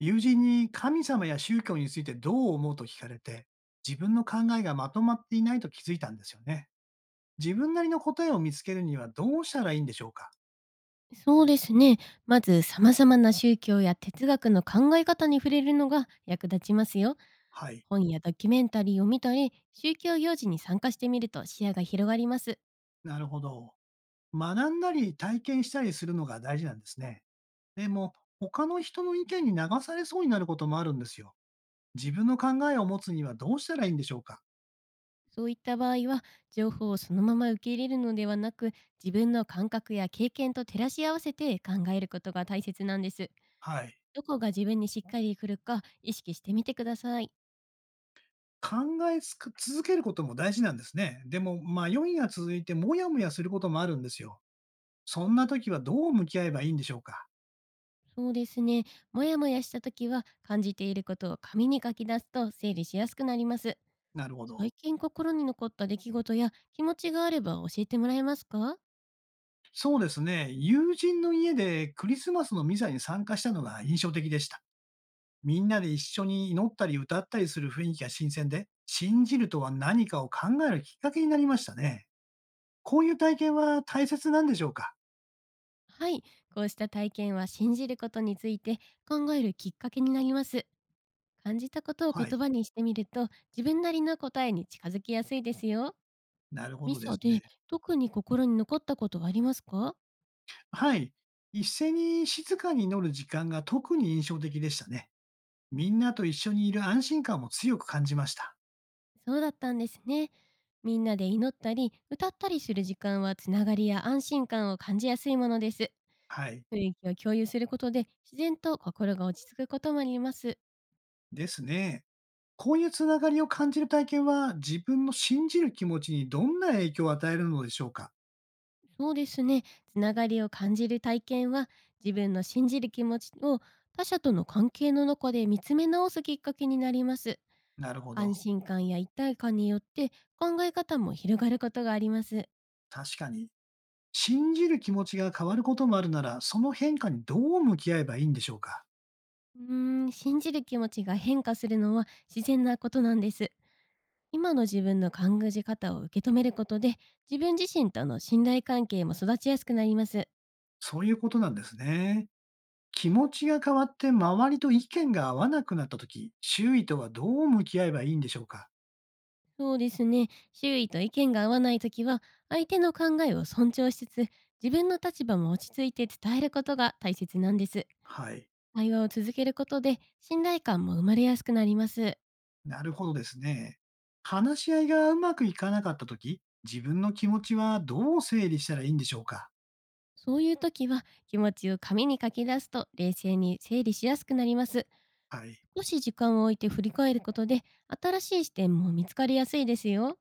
友人に神様や宗教についてどう思うと聞かれて、自分の考えがまとまっていないと気づいたんですよね。自分なりの答えを見つけるにはどうしたらいいんでしょうか。そうですね。まず、様々な宗教や哲学の考え方に触れるのが役立ちますよ。はい。本やドキュメンタリーを見たり、宗教行事に参加してみると視野が広がります。なるほど。学んだり体験したりするのが大事なんですね。でも、他の人の意見に流されそうになることもあるんですよ。自分の考えを持つにはどうしたらいいんでしょうか。そういった場合は、情報をそのまま受け入れるのではなく、自分の感覚や経験と照らし合わせて考えることが大切なんです。はい。どこが自分にしっかりくるか意識してみてください。考えつく続けることも大事なんですね。でも、迷いが続いてもやもやすることもあるんですよ。そんな時はどう向き合えばいいんでしょうか？そうですね。もやもやした時は、感じていることを紙に書き出すと整理しやすくなります。なるほど。最近心に残った出来事や気持ちがあれば教えてもらえますか？そうですね。友人の家でクリスマスのミサに参加したのが印象的でした。みんなで一緒に祈ったり歌ったりする雰囲気が新鮮で、信じるとは何かを考えるきっかけになりましたね。こういう体験は大切なんでしょうか？はい、こうした体験は信じることについて考えるきっかけになります。感じたことをはい。言葉にしてみると、自分なりの答えに近づきやすいですよ。なるほミどでサすね。で特に心に残ったことはありますか？はい。一斉に静かに祈る時間が特に印象的でしたね。みんなと一緒にいる安心感も強く感じました。そうだったんですね。みんなで祈ったり歌ったりする時間は、つながりや安心感を感じやすいものです。はい。雰囲気を共有することで、自然と心が落ち着くこともあります。ですね。こういうつながりを感じる体験は、自分の信じる気持ちにどんな影響を与えるのでしょうか。そうですね。つながりを感じる体験は、自分の信じる気持ちを他者との関係の中で見つめ直すきっかけになります。なるほど。安心感や一体感によって、考え方も広がることがあります。確かに。信じる気持ちが変わることもあるなら、その変化にどう向き合えばいいんでしょうか。うーん、信じる気持ちが変化するのは自然なことなんです。今の自分の考え方を受け止めることで、自分自身との信頼関係も育ちやすくなります。そういうことなんですね。気持ちが変わって周りと意見が合わなくなったとき、周囲とはどう向き合えばいいんでしょうか。そうですね。周囲と意見が合わないときは、相手の考えを尊重しつつ、自分の立場も落ち着いて伝えることが大切なんです。はい。対話を続けることで、信頼感も生まれやすくなります。なるほどですね。話し合いがうまくいかなかったとき、自分の気持ちはどう整理したらいいんでしょうか。そういうときは、気持ちを紙に書き出すと、冷静に整理しやすくなります。はい。少し時間を置いて振り返ることで、新しい視点も見つかりやすいですよ。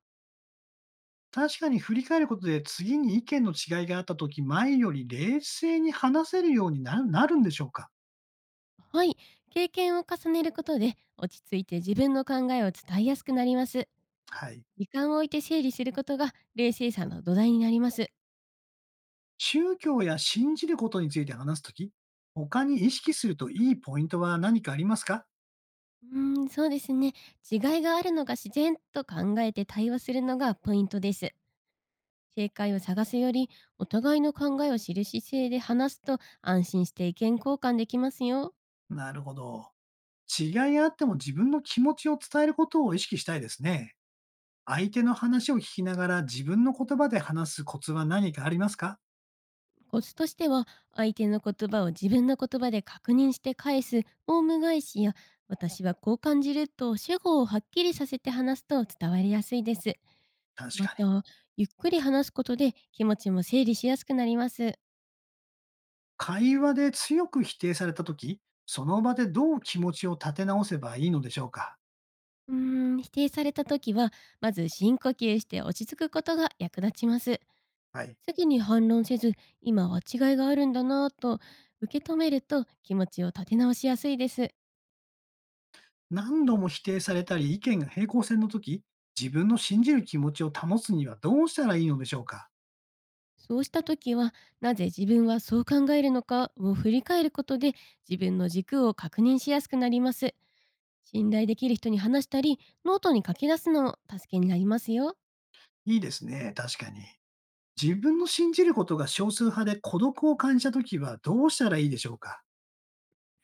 確かに振り返ることで、次に意見の違いがあった時、前より冷静に話せるようになるなるんでしょうか？はい。経験を重ねることで、落ち着いて自分の考えを伝えやすくなります。はい。時間を置いて整理することが冷静さの土台になります。宗教や信じることについて話す時、他に意識するといいポイントは何かありますか？うーん、そうですね。違いがあるのが自然と考えて対話するのがポイントです。正解を探すより、お互いの考えを知る姿勢で話すと、安心して意見交換できますよ。なるほど。違いがあっても自分の気持ちを伝えることを意識したいですね。相手の話を聞きながら自分の言葉で話すコツは何かありますか？コツとしては、相手の言葉を自分の言葉で確認して返すオウム返しや、私はこう感じると主語をはっきりさせて話すと伝わりやすいです。確まかに。た、ゆっくり話すことで気持ちも整理しやすくなります。会話で強く否定された時、その場でどう気持ちを立て直せばいいのでしょうか？うーん、否定された時は、まず深呼吸して落ち着くことが役立ちます。はい。すぐに反論せず、今は違いがあるんだなぁと受け止めると、気持ちを立て直しやすいです。何度も否定されたり意見が平行線の時、自分の信じる気持ちを保つにはどうしたらいいのでしょうか。そうした時は、なぜ自分はそう考えるのかを振り返ることで、自分の軸を確認しやすくなります。信頼できる人に話したり、ノートに書き出すのも助けになりますよ。いいですね。確かに。自分の信じることが少数派で孤独を感じた時はどうしたらいいでしょうか。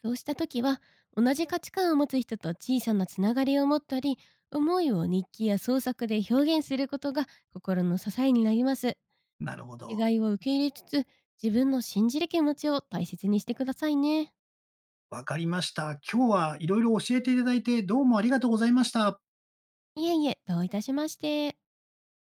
そうした時は、同じ価値観を持つ人と小さなつながりを持ったり、思いを日記や創作で表現することが心の支えになります。なるほ違ど。いを受け入れつつ、自分の信じる気持ちを大切にしてくださいね。わかりました。今日はいろいろ教えていただいてどうもありがとうございました。いえいえ、どういたしまして。